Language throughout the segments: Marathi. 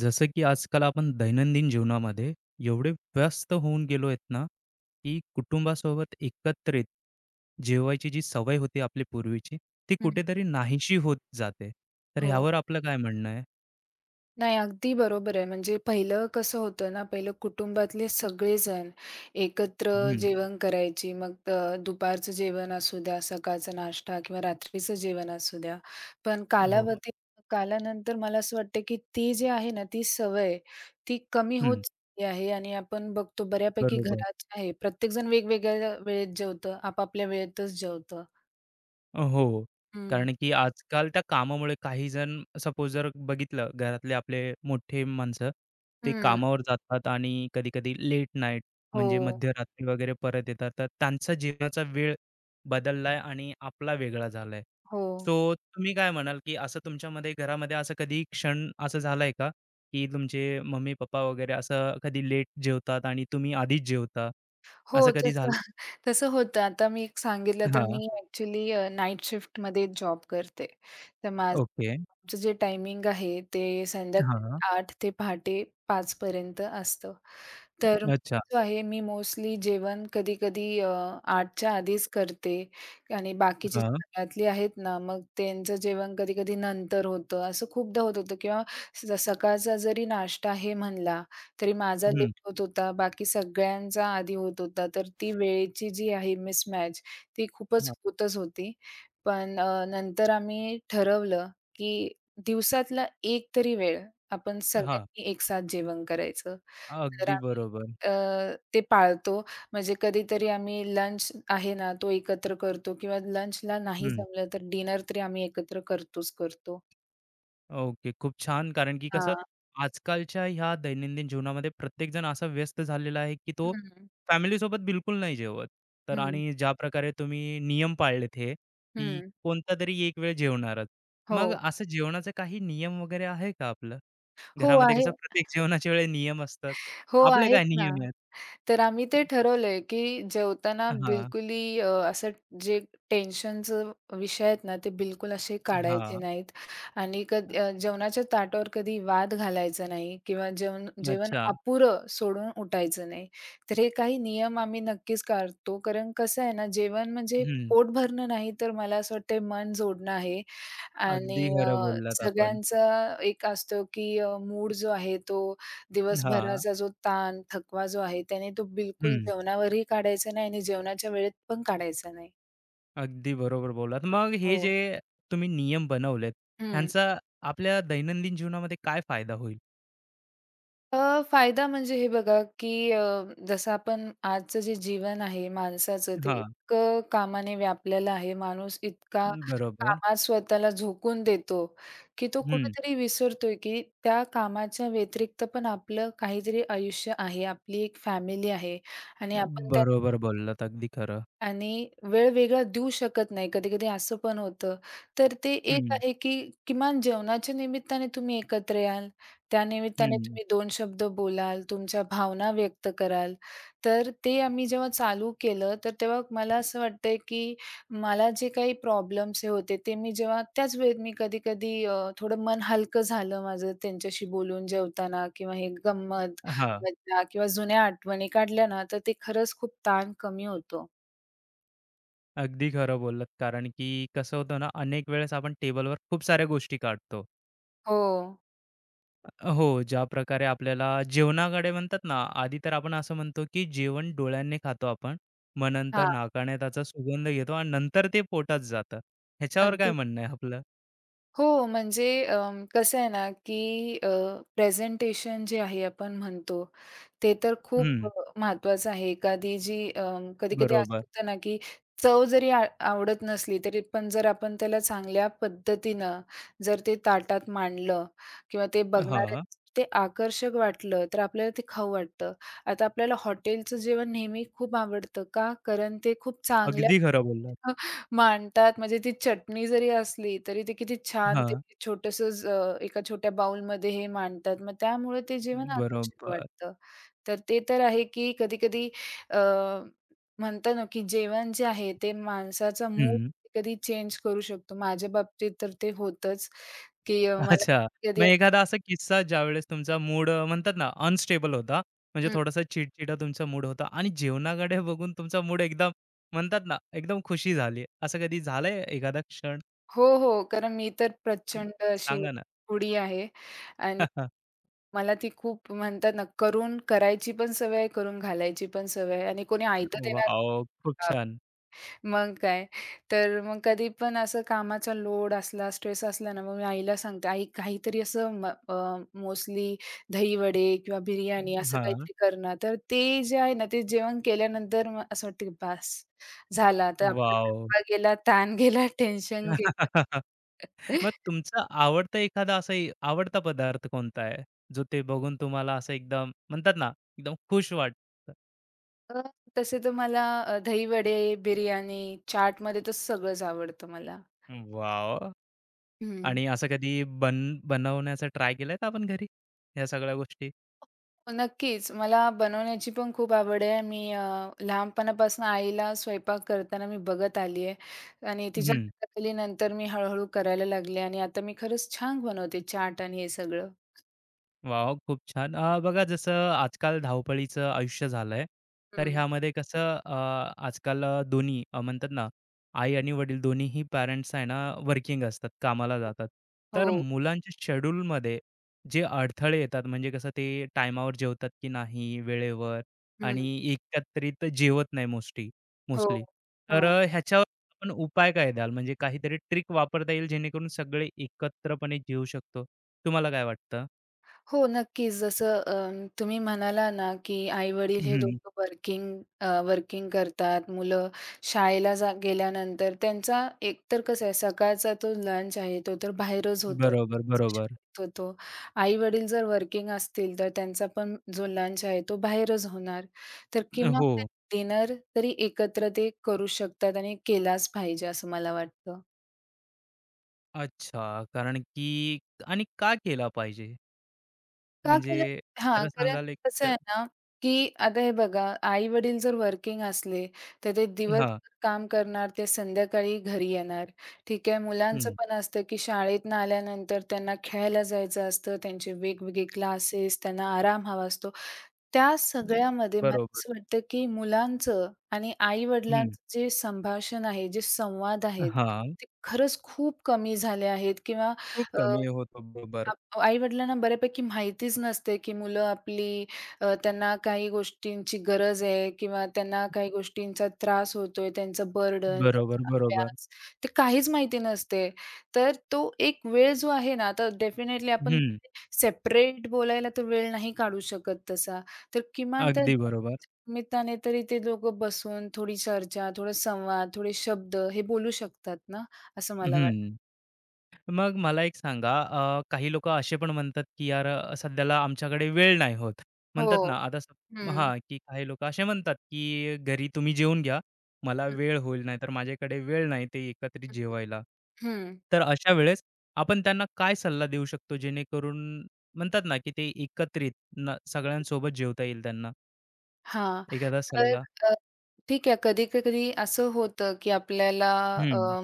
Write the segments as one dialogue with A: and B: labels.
A: जसं की आजकाल आपण दैनंदिन जीवनामध्ये एवढे व्यस्त होऊन गेलो आहेत ना, की कुटुंबासोबत एकत्रित जेवायची जी सवय होती आपली पूर्वीची, ती
B: हं, हं.
A: कुठेतरी नाहीशी होत जाते. तर
B: हो.
A: ह्यावर आपलं काय म्हणणं आहे?
B: नाही, अगदी बरोबर आहे. म्हणजे पहिलं कसं होतं ना, पहिलं कुटुंबातले सगळेजण एकत्र
A: हं.
B: जेवण करायची. मग दुपारचं जेवण असू द्या, सकाळचा नाश्ता किंवा रात्रीचं जेवण असू द्या. पण
A: हो.
B: कालावधी कालानंतर मला असं वाटतं, की ती जी आहे ना, ती सवय ती कमी होत
A: हं.
B: चालली आहे आणि आपण बघतो बऱ्यापैकी
A: बरोबर.
B: घरात आहे, प्रत्येकजण वेगवेगळ्या वेळेत जेवतं, आपापल्या वेळेतच जेवतं.
A: हो.
B: हं,
A: कारण की आजकाल त्या कामामुळे काही जण सपोज जर बघितलं घरातले आपले मोठे माणसं, ते
B: हं.
A: कामावर जातात आणि कधी-कधी लेट नाईट म्हणजे
B: हो,
A: मध्यरात्री वगैरे परत येतात. तर त्यांचा जीवनाचा वेळ बदललाय आणि आपला वेगळा झालाय.
B: हो.
A: सो तुम्ही काय म्हणाल, की असं तुमच्यामध्ये घरामध्ये असं कधी क्षण असं झालाय का, की तुमचे मम्मी-पप्पा वगैरे असं कधी लेट जेवतात आणि तुम्ही आधीच जेवता? असं
B: हो,
A: कधी
B: तसं
A: झालंय?
B: तसं होतं. आता मी एक सांगितलं तर
A: हां.
B: मी ॲक्चुअली शिफ्टमध्ये जॉब करते. तर माझं
A: ओके.
B: आमचं जे टायमिंग आहे ते
A: हां.
B: संध्याकाळी 8 ते पहाटे 5 पर्यंत असतं. तर
A: अच्छा.
B: जो आहे मी मोस्टली जेवण कधी-कधी 8च्या आधीच करते आणि बाकीचे जे घरातली आहेत ना, मग त्यांचं जेवण कधी-कधी नंतर होतं. असं खूपदा होत होतं किंवा सकाळचा जरी नाश्ता आहे म्हणला, तरी माझा
A: हं,
B: लेट होत होता. बाकी सगळ्यांचा आधी होत होता. तर ती वेळेची जी आहे मिसमॅच ती खूपच
A: हां,
B: होतच होती. पण नंतर आम्ही ठरवलं, की दिवसातला एक तरी वेळ आपण
A: हां.
B: सगळ्यांनी एक साथ जेवण करायचं. तर
A: अगदी
B: आम्ही
A: बरोबर.
B: अ, ते पाळतो. म्हणजे कधीतरी आम्ही लंच आहे ना, तो एकत्र करतो किंवा लंचला नाही
A: हं,
B: जमलं तर डिनर तरी आम्ही एकत्र करतोच करतो.
A: ओके. खूप छान. कारण की कसं
B: हां.
A: आजकालच्या ह्या दैनंदिन जीवनामध्ये प्रत्येकजण असा व्यस्त झालेला आहे, की तो
B: हं,
A: फॅमिलीसोबत बिलकुल नाही जेवत. तर
B: हं,
A: आणि ज्या प्रकारे तुम्ही नियम पाळलेत हे, की
B: हं.
A: कोणतातरी एक वेळ जेवणारच. मग
B: हो.
A: असं जेवणाचा काही नियम वगैरे आहे का आपलं?
B: हो
A: घरामध्ये
B: आहे.
A: कसं प्रत्येक जेवणाच्या वेळी नियम असतात.
B: हो,
A: आपले
B: आहेत
A: काय
B: ना.
A: नियम आहेत?
B: तर आम्ही ते ठरवलंय, की जेवताना
A: हां,
B: बिलकुलही असं जे टेन्शनचं विषय आहेत ना, ते बिलकुल असे काढायचे
A: हां.
B: नाहीत आणि कधी जेवणाच्या ताटावर कधी वाद घालायचा नाही किंवा जेवण जेवण
A: अच्छा.
B: अपुरं सोडून उठायचं नाही. तर हे काही नियम आम्ही नक्कीच काढतो. कारण कसं आहे ना, जेवण म्हणजे
A: हं.
B: पोट भरणं नाही, तर मला असं वाटतंय मन जोडणं आहे आणि
A: अगदी खरं बोललात आपण.
B: सगळ्यांचा एक असतो, की मूड जो आहे तो
A: हां.
B: दिवसभराचा जो ताण, थकवा जो आहे त्याने तो बिलकुल
A: हं.
B: जेवणावरही काढायचा नाही आणि जेवणाच्या वेळेत पण काढायचा नाही.
A: अगदी बरोबर बोललात. मग हे
B: हो.
A: जे तुम्ही नियम बनवलेत,
B: हं.
A: ह्यांचा आपल्या दैनंदिन जीवनामध्ये काय फायदा होईल?
B: फायदा म्हणजे हे बघा, की जसं आपण आजचं जे जीवन आहे माणसाचं ते
A: हां.
B: इतकं कामाने व्यापलेलं आहे. माणूस इतका
A: बरोबर.
B: कामात स्वतःला झोकून देतो, की तो
A: हं.
B: कुठेतरी विसरतोय, की त्या कामाच्या व्यतिरिक्त पण आपलं काहीतरी आयुष्य आहे. आपली एक फॅमिली आहे आणि आपण
A: बरोबर बोललात. अगदी खरं.
B: आणि वेळ वेगळा देऊ शकत नाही. कधी-कधी असं पण होतं. तर ते एक
A: हं.
B: आहे, की किमान जेवणाच्या निमित्ताने तुम्ही एकत्र याल. त्या निमित्ताने
A: हं.
B: तुम्ही दोन शब्द बोलाल, तुमच्या भावना व्यक्त कराल. तर ते आम्ही जेव्हा चालू केलं, तर तेव्हा मला असं वाटतंय, की मला जे काही प्रॉब्लेम्स हे होते, ते मी जेव्हा त्याच वेळेत मी कधी-कधी थोडं मन हलकं झालं माझं त्यांच्याशी बोलून जेवताना किंवा हे गंमत,
A: हां.
B: मज्जा किंवा जुन्या आठवणी काढल्या ना, तर ते खरंच खूप ताण कमी होतो.
A: अगदी खरं बोललात. कारण की कसं होतं ना, अनेक वेळेस आपण टेबलवर खूप साऱ्या गोष्टी काढतो.
B: हो.
A: हो, ज्या प्रकारे आपल्याला जेवणाकडे म्हणतात ना, आधी तर आपण असं म्हणतो, की जेवण डोळ्यांनी खातो आपण, मग नंतर
B: हां,
A: नाकाने त्याचा सुगंध घेतो आणि नंतर ते पोटात जातं. ह्याच्यावर काय
B: अगदी.
A: म्हणणं आहे आपलं?
B: हो, म्हणजे कसं आहे ना, की अ, प्रेझेंटेशन जे आहे आपण म्हणतो, ते तर खूप
A: हं,
B: महत्त्वाचं आहे. एखादी जी कधी-कधी असं
A: बरोबर.
B: होतं ना, की चव जरी आवडत नसली, तरी पण जर आपण त्याला चांगल्या पद्धतीनं जर ते ताटात मांडलं किंवा ते बघणाऱ्या
A: हां,
B: ते आकर्षक वाटलं, तर आपल्याला ते खाऊ वाटतं. आता आपल्याला हॉटेलचं जेवण नेहमी खूप आवडतं. का? कारण ते खूप चांगल्या
A: अगदी खरं बोललात.
B: मांडतात म्हणजे ती चटणी जरी असली, तरी ते किती छान ते
A: हां,
B: छोटंसंच एका छोट्या बाउलमध्ये हे मांडतात. मग त्यामुळे ते जेवण आकर्षक
A: बरोबर.
B: वाटतं. तर ते तर आहे, की कधी-कधी अ, म्हणतो ना, की जेवण जे आहे ते माणसाचा मूड
A: हं,
B: कधी चेंज करू शकतो. माझ्या बाबतीत तर ते होतंच, की मला
A: अच्छा. मग
B: कधी
A: एखादा असा किस्सा ज्यावेळेस तुमचा मूड म्हणतात ना, अनस्टेबल होता, म्हणजे
B: हं.
A: थोडासा चिडचिडा तुमचा मूड होता आणि जेवणाकडे बघून तुमचा मूड एकदम म्हणतात ना, एकदम खुशी झाली. असं कधी झालंय एखादा क्षण?
B: हो, हो. कारण मी तर प्रचंड अशी
A: सांगा ना.
B: फूडी आहे आणि मला ती खूप म्हणतात ना, करून करायची पण सवय आहे, करून घालायची पण सवय आहे आणि कोणी ऐतं देणार
A: वॉव! खूप
B: हां,
A: छान.
B: मग काय. तर मग कधी पण असं कामाचा लोड असला, स्ट्रेस असला ना, मग मी आईला सांगते, "आई काहीतरी असं मोस्टली दहीवडे किंवा बिर्याणी असं
A: हां,
B: काहीतरी कर तर ते जे आहे ना, ते जेवण केल्यानंतर मग असं वाटतं की बास झाला. तर आपला
A: वॉव!
B: थकवा गेला, ताण गेला, टेन्शन गेलं.
A: मग तुमचा आवडता एखादा असा ए आवडता पदार्थ कोणता आहे? जो ते बघून तुम्हाला असं एकदम म्हणतात ना, एकदम खुश वाटतं?
B: अ, तसे तर मला दहीवडे, बिर्याणी, चाटमध्ये तर सगळंच आवडतं मला.
A: वॉव!
B: हं.
A: आणि असं कधी बन बनवण्याचा ट्राय केलाय का आपण घरी, ह्या सगळ्या गोष्टी?
B: नक्कीच. मला बनवण्याची पण खूप आवड आहे. मी लहानपणापासून आईला स्वयंपाक करताना मी बघत आली आहे आणि तिच्या हाताखाली नंतर मी हळू-हळू करायला लागले आणि आता मी खरंच छान बनवते चाट आणि हे सगळं.
A: वॉव! खूप छान. बघा जसं आजकाल धावपळीचं आयुष्य झालंय, तर
B: हं.
A: ह्यामध्ये कसं अ, आजकाल दोन्ही म्हणतात ना, आई आणि वडील दोन्हीही पॅरेंट्स आहे ना, वर्किंग असतात, कामाला जातात. तर
B: हो.
A: मुलांच्या शेड्यूलमध्ये जे अडथळे येतात, म्हणजे कसं ते टायमावर जेवतात की नाही वेळेवर
B: हं.
A: आणि एकत्रित जेवत नाही मोस्टली
B: हो.
A: मोस्टली. तर
B: हां.
A: ह्याच्यावर आपण उपाय काय द्याल? म्हणजे काहीतरी ट्रिक वापरता येईल जेणेकरून सगळे एकत्रपणे जेवू शकतो. तुम्हाला काय वाटतं?
B: हो, नक्कीच. जसं तुम्ही म्हणाला ना, की आई-वडील हे दोघं वर्किंग वर्किंग करतात. मुलं शाळेला गेल्यानंतर त्यांचा एकतर कसं आहे, सकाळचा तो लंच आहे, तो तर बाहेरच होतो.
A: बरोबर, बरोबर.
B: होतो. आई-वडील जर वर्किंग असतील, तर त्यांचा पण जो लंच आहे, तो बाहेरच होणार. तर किमान
A: हो.
B: ते डिनर तरी एकत्र ते करू शकतात आणि केलाच पाहिजे, असं मला वाटतं.
A: अच्छा. कारण की आणि का केला पाहिजे?
B: का केलं?
A: म्हणजे
B: हां,
A: जरा
B: कारण
A: सांगाल एक त
B: कसं आहे ना, की आता हे बघा, आई-वडील जर वर्किंग असले, तर ते
A: हां.
B: दिवसभर काम करणार, ते संध्याकाळी घरी येणार. ठीक आहे. मुलांचं
A: हं.
B: पण असतं, की शाळेतनं आल्यानंतर त्यांना खेळायला जायचं असतं, त्यांचे वेगवेगळे क्लासेस, त्यांना आराम हवा असतो. त्या सगळ्यामध्ये मला
A: बरोबर.
B: असं वाटतं, की मुलांचं आणि
A: हं.
B: आई-वडिलांचं जे संभाषण आहे, जे संवाद आहेत,
A: हां.
B: ते खरंच खूप कमी झाले आहेत किंवा
A: खूप
B: अ
A: कमी होतो. बरोबर.
B: आप आई-वडिलांना बऱ्यापैकी माहितीच नसते, की मुलं आपली त्यांना काही गोष्टींची गरज आहे किंवा त्यांना काही गोष्टींचा त्रास होतोय, त्यांचं बर्डन,
A: बरोबर,
B: त्यांचा
A: बरोबर.
B: अभ्यास, ते काहीच माहिती नसते. तर तो एक वेळ जो आहे ना, आता डेफिनेटली आपण
A: हं.
B: सेपरेट बोलायला तर वेळ नाही काढू शकत तसा. तर किमान त्या
A: अगदी बरोबर.
B: निमित्ताने तरी ते दोघं बसून थोडी चर्चा, थोडा संवाद, थोडे शब्द हे बोलू शकतात ना, असं मला वाटतं.
A: हं. मग मला एक सांगा, काही लोकं असे पण म्हणतात, की "यार अ, सध्याला आमच्याकडे वेळ नाही होत." म्हणतात ना
B: हो.
A: आता स
B: हं.
A: हां, की काही लोकं असे म्हणतात, की "घरी तुम्ही जेवून घ्या, मला
B: हं,
A: वेळ होईल, नाहीतर माझ्याकडे वेळ नाही ते एकत्रित जेवायला."
B: हं, हं.
A: तर अशा वेळेस आपण त्यांना काय सल्ला देऊ शकतो, जेणेकरून म्हणतात ना, की ते एकत्रित न सगळ्यांसोबत जेवता येईल त्यांना?
B: हां.
A: एखादा
B: तर
A: सल्ला?
B: अ, ठीक आहे. कधी-कधी असं होतं, की आपल्याला
A: हं,
B: अ,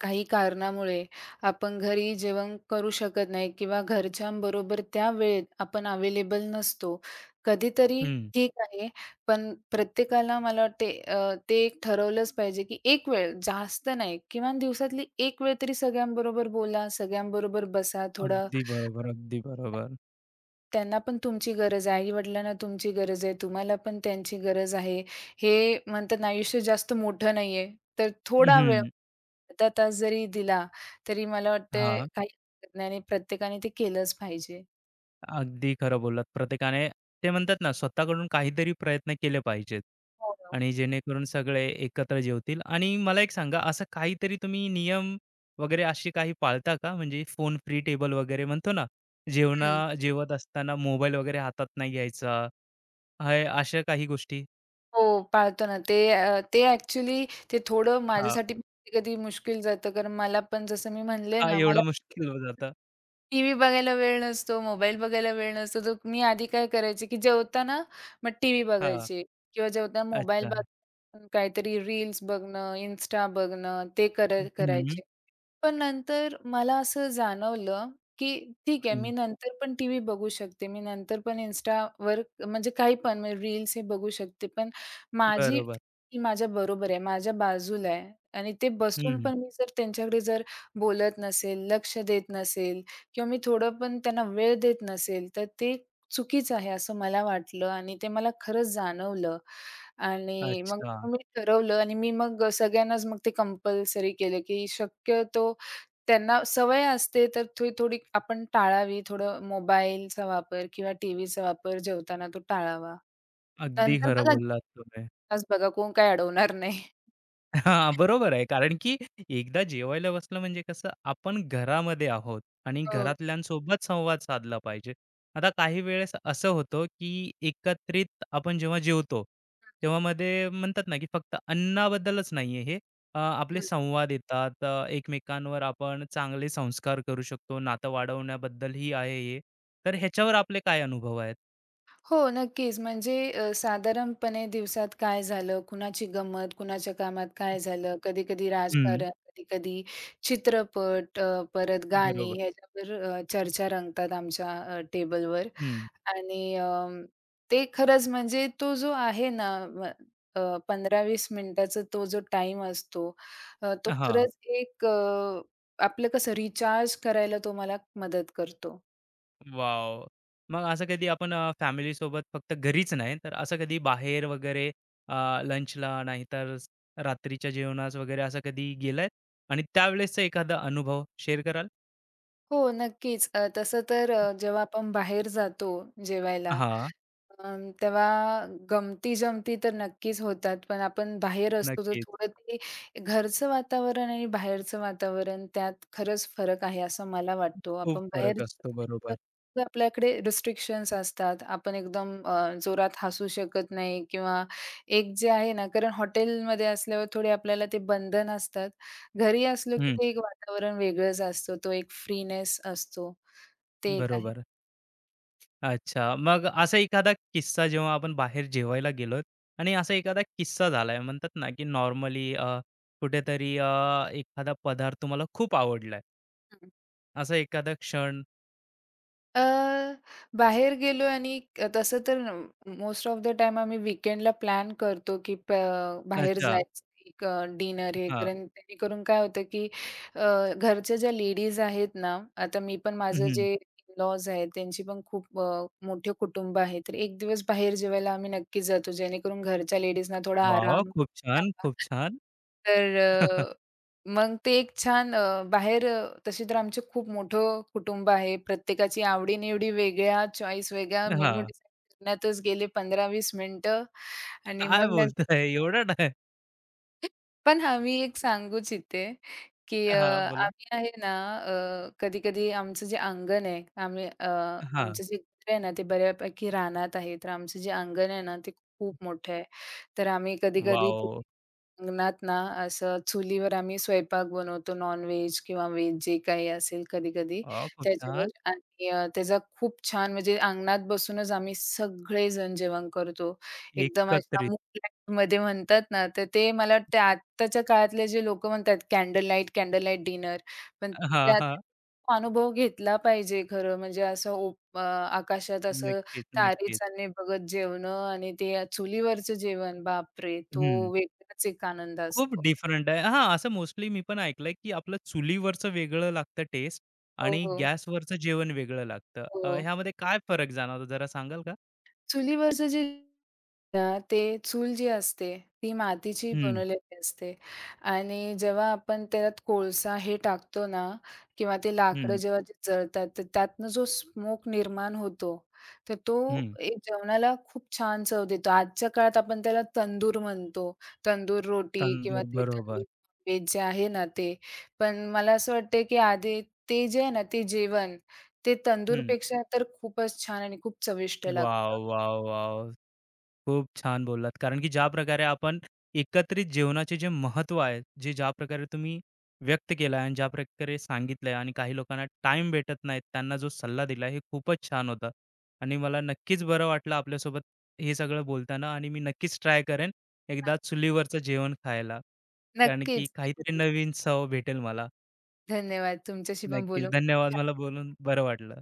B: काही कारणामुळे आपण घरी जेवण करू शकत नाही किंवा घरच्यांबरोबर त्या वेळेत आपण अवेलेबल नसतो. कधीतरी
A: हं.
B: ठीक आहे, पण प्रत्येकाला मला वाटते ते एक ठरवलंच पाहिजे, की एक वेळ, जास्त नाही, किमान दिवसातली एक वेळ तरी सगळ्यांबरोबर बोला, सगळ्यांबरोबर बसा, थोडं
A: अगदी बरोबर, अगदी बरोबर.
B: त्यांना पण तुमची गरज आहे. आई-वडिलांना तुमची गरज आहे. तुम्हाला पण त्यांची गरज आहे. हे म्हणतात ना, आयुष्य जास्त मोठं नाहीये. तर थोडा वेळ,
A: हं,
B: अर्धा तास जरी दिला, तरी मला वाटतंय
A: हां.
B: काही हरकत नाही आणि प्रत्येकाने ते केलंच पाहिजे.
A: अगदी खरं बोललात. प्रत्येकाने ते म्हणतात ना, स्वतःकडून काहीतरी प्रयत्न केले पाहिजेत
B: हो ना.
A: आणि जेणेकरून सगळे एकत्र जेवतील आणि मला एक सांगा, असं काहीतरी तुम्ही नियम वगैरे अशी काही पाळता का? म्हणजे फोन फ्री टेबल वगैरे म्हणतो ना, जेवणा जेवत असताना मोबाईल वगैरे हातात नाही घ्यायचा. हे अशा काही गोष्टी?
B: हो, पाळतो ना. ते ते ॲक्चुअली ते थोडं
A: हां,
B: माझ्यासाठी कधी मुश्किल जातं कारण मला पण जसं मी म्हणले
A: का
B: ना, मला
A: एवढं मुश्किल होऊन जातं?
B: टीव्ही बघायला वेळ नसतो, मोबाईल बघायला वेळ नसतो, तर मी आधी काय करायचे, की जेवताना मग टीव्ही बघायची किंवा जेवताना मोबाईल
A: अच्छा.
B: बघ काहीतरी रील्स बघणं, Insta बघणं ते कर
A: हं,
B: करायचे. पण नंतर मला असं जाणवलं, की ठीक आहे मी
A: हं.
B: नंतर पण टीव्ही बघू शकते. मी नंतर पण Instaवर म्हणजे काही पण म्हणजे रील्स हे बघू शकते. पण माझी
A: बरोबर.
B: ती माझ्या बरोबर आहे, माझ्या बाजूला आहे आणि ते बसून
A: हं.
B: पण मी जर त्यांच्याकडे जर बोलत नसेल, लक्ष देत नसेल किंवा मी थोडं पण त्यांना वेळ देत नसेल, तर ते चुकीचं आहे असं मला वाटलं आणि ते मला खरंच जाणवलं. आणि मग
A: अच्छा.
B: मी ठरवलं आणि मी मग सगळ्यांनाच मग ते कंपल्सरी केलं, की शक्यतो त्यांना सवय असते, तर थोडी थोडी आपण टाळावी. थोडं मोबाईलचा वापर किंवा टीव्हीचा वापर जेवताना तो टाळावा.
A: अगदी
B: नंतर
A: खरं
B: बघा
A: बोललात तुम्ही.
B: जेवताच बघा कोण काही अडवणार नाही.
A: हां, बरोबर आहे. कारण की एकदा जेवायला बसलं म्हणजे कसं आपण घरामध्ये आहोत आणि
B: हो.
A: घरातल्यांसोबत संवाद साधला पाहिजे. आता काही वेळेस असं होतं, की एकत्रित आपण जेव्हा जेवतो, तेव्हा मध्ये म्हणतात ना, की फक्त अन्नाबद्दलच नाहीये हे. आपले संवाद येतात. एकमेकांवर आपण चांगले संस्कार करू शकतो. नातं वाढवण्याबद्दलही आहे हे. तर ह्याच्यावर आपले काय अनुभव आहेत?
B: हो, नक्कीच. म्हणजे साधारणपणे दिवसात काय झालं, कुणाची गंमत, कुणाच्या कामात काय झालं, कधी-कधी
A: हं,
B: राजकारण, कधी-कधी चित्रपट, परत गाणी
A: बरोबर.
B: ह्याच्यावर चर्चा रंगतात आमच्या टेबलवर
A: हं,
B: आणि ते खरंच म्हणजे तो जो आहे ना म अ, 15-20 मिनिटाचा तो जो टाईम असतो, तो
A: हां.
B: खरंच एक आपलं कसं रिचार्ज करायला तो मला मदत करतो.
A: वॉव! मग असं कधी आपण फॅमिलीसोबत फक्त घरीच नाही, तर असं कधी बाहेर वगैरे लंचला नाहीतर स रात्रीच्या जेवणास वगैरे असं कधी गेलाय? आणि त्यावेळेसचा एखादा अनुभव शेअर कराल?
B: हो, नक्कीच. तसं तर जेव्हा आपण बाहेर जातो जेवायला,
A: हां,
B: तेव्हा गमती-जमती तर नक्कीच होतात. पण आपण बाहेर असतो तर
A: नक्कीच.
B: थोडं ते घरचं वातावरण आणि बाहेरचं वातावरण त्यात खरंच फरक आहे असं मला वाटतो.
A: खूप
B: आपण बाहेर
A: फरक असतो.
B: जातो
A: बरोबर.
B: तर आपल्याकडे रिस्ट्रिक्शन्स असतात. आपण एकदम जोरात हसू शकत नाही किंवा एक जे आहे ना कारण हॉटेलमध्ये असल्यावर थोडे आपल्याला ते बंधन असतात. घरी असलो की
A: हं,
B: ते एक वातावरण वेगळंच असतं. तो एक फ्रीनेस असतो. ते एक आहे.
A: बरोबर. अच्छा. मग असा एखादा किस्सा जेव्हा आपण बाहेर जेवायला गेलोत आणि असा एखादा किस्सा झालाय म्हणतात ना, की नॉर्मली कुठेतरी एखादा पदार्थ तुम्हाला खूप आवडलाय. असा एखादा क्षण?
B: अ, बाहेर गेलो आणि तसं तर मोस्ट ऑफ द टाईम आम्ही वीकेंडला प्लॅन करतो, की बाहेर
A: अच्छा.
B: जायचं एक डिनर हे
A: हां.
B: कारण जेणेकरून काय होतं, की घरच्या ज्या लेडीज आहेत ना, आता मी पण
A: हं,
B: माझं
A: हं.
B: जे इन-लॉज आहेत त्यांची पण खूप मोठे कुटुंब आहे. तर एक दिवस बाहेर जेवायला आम्ही नक्कीच जातो, जेणेकरून घरच्या लेडीजना थोडा
A: वॉव!
B: आराम
A: खूप छान, खूप छान.
B: तर मग ते एक छान बाहेर तसे तर आमचे खूप मोठं कुटुंब आहे. प्रत्येकाची आवडी-निवडी वेगळ्या, चॉईस वेगळ्या, मेनू
A: हां.
B: डिसाईड करण्यातच गेले 15-20 मिनिटं आणि
A: काय
B: मग नंतर
A: बोलताय? एवढा टाईम?
B: पण हां, मी एक सांगू इच्छिते, की
A: हां, बोला.
B: आम्ही आहे ना कधी-कधी आमचं जे अंगण आहे, आम्ही
A: हां.
B: आमचं जे घर आहे ना, ते बऱ्यापैकी रानात आहे. तर आमचं जे अंगण आहे ना, ते खूप मोठं आहे. तर आम्ही कधी-कधी
A: वॉव!
B: लग्नात ना असं चुलीवर आम्ही स्वयंपाक बनवतो नॉन-व्हेज किंवा व्हेज जे काही असेल कधी-कधी
A: वॉव! खूप
B: त्याच्यावर
A: छान.
B: आणि त्याचा खूप छान म्हणजे अंगणात बसूनच आम्ही सगळेजण जेवण करतो. एकदम अशा
A: एकत्रित.
B: मूक लाईटमध्ये म्हणतात ना, तर ते मला वाटतं आत्ताच्या काळातले जे लोकं म्हणतात candle light, candle light dinner पण
A: हां,
B: त्यात
A: हां.
B: अनुभव घेतला पाहिजे खरं म्हणजे असं आकाशात असं
A: नक्कीच, नक्कीच.
B: तारीचाने बघत जेवणं आणि ते चुलीवरचं जेवण, बापरे!
A: हं.
B: तो वेगळाच एक आनंद
A: खूप
B: असतो.
A: डिफरंट आहे. हां, असं मोस्टली मी पण ऐकलंय, की आपलं चुलीवरचं वेगळं लागतं टेस्ट
B: हो,
A: आणि
B: हो.
A: गॅसवरचं जेवण वेगळं लागतं.
B: हो.
A: ह्यामध्ये काय फरक जाणवतो जरा सांगाल का?
B: चुलीवरचं जे ते चूल जी असते, ती मातीची
A: हं,
B: बनवलेली असते आणि जेव्हा आपण त्यात कोळसा हे टाकतो ना किंवा ते लाकडं
A: हं,
B: जेव्हा ते जळतात, तर त्यातनं जो स्मोक निर्माण होतो, तर तो
A: हं.
B: एक जेवणाला खूप छान चव देतो. आजच्या काळात आपण त्याला तंदूर म्हणतो. तंदूर रोटी किंवा
A: तंदूर
B: ते तंदूर
A: बरोबर.
B: व्हेज जे आहे ना ते. पण मला असं वाटतं, की आधी ते जे आहे ना ते जेवण, ते
A: हं.
B: तंदूरपेक्षा तर खूपच छान आणि खूप चविष्ट लागतं.
A: वॉव! वॉव! वॉव! खूप छान बोललात. कारण की ज्या प्रकारे आपण एकत्रित जेवणाचे जे महत्त्व आहे, जे ज्या प्रकारे तुम्ही व्यक्त केलं आहे आणि ज्या प्रकारे सांगितलं आणि काही लोकांना टाइम भेटत नाही, त्यांना जो सल्ला दिला हे खूपच छान होतं. आणि मला नक्कीच बरं वाटलं आपल्यासोबत हे सगळं बोलताना आणि मी नक्कीच ट्राय करेन एकदा चुलीवरचं जेवण खायला. कारण की
B: नक्कीच.
A: काहीतरी नवीन चव भेटेल मला.
B: धन्यवाद. तुमच्याशी पण
A: नक्कीच.
B: बोलून खूप
A: धन्यवाद. मला बोलून बरं वाटलं.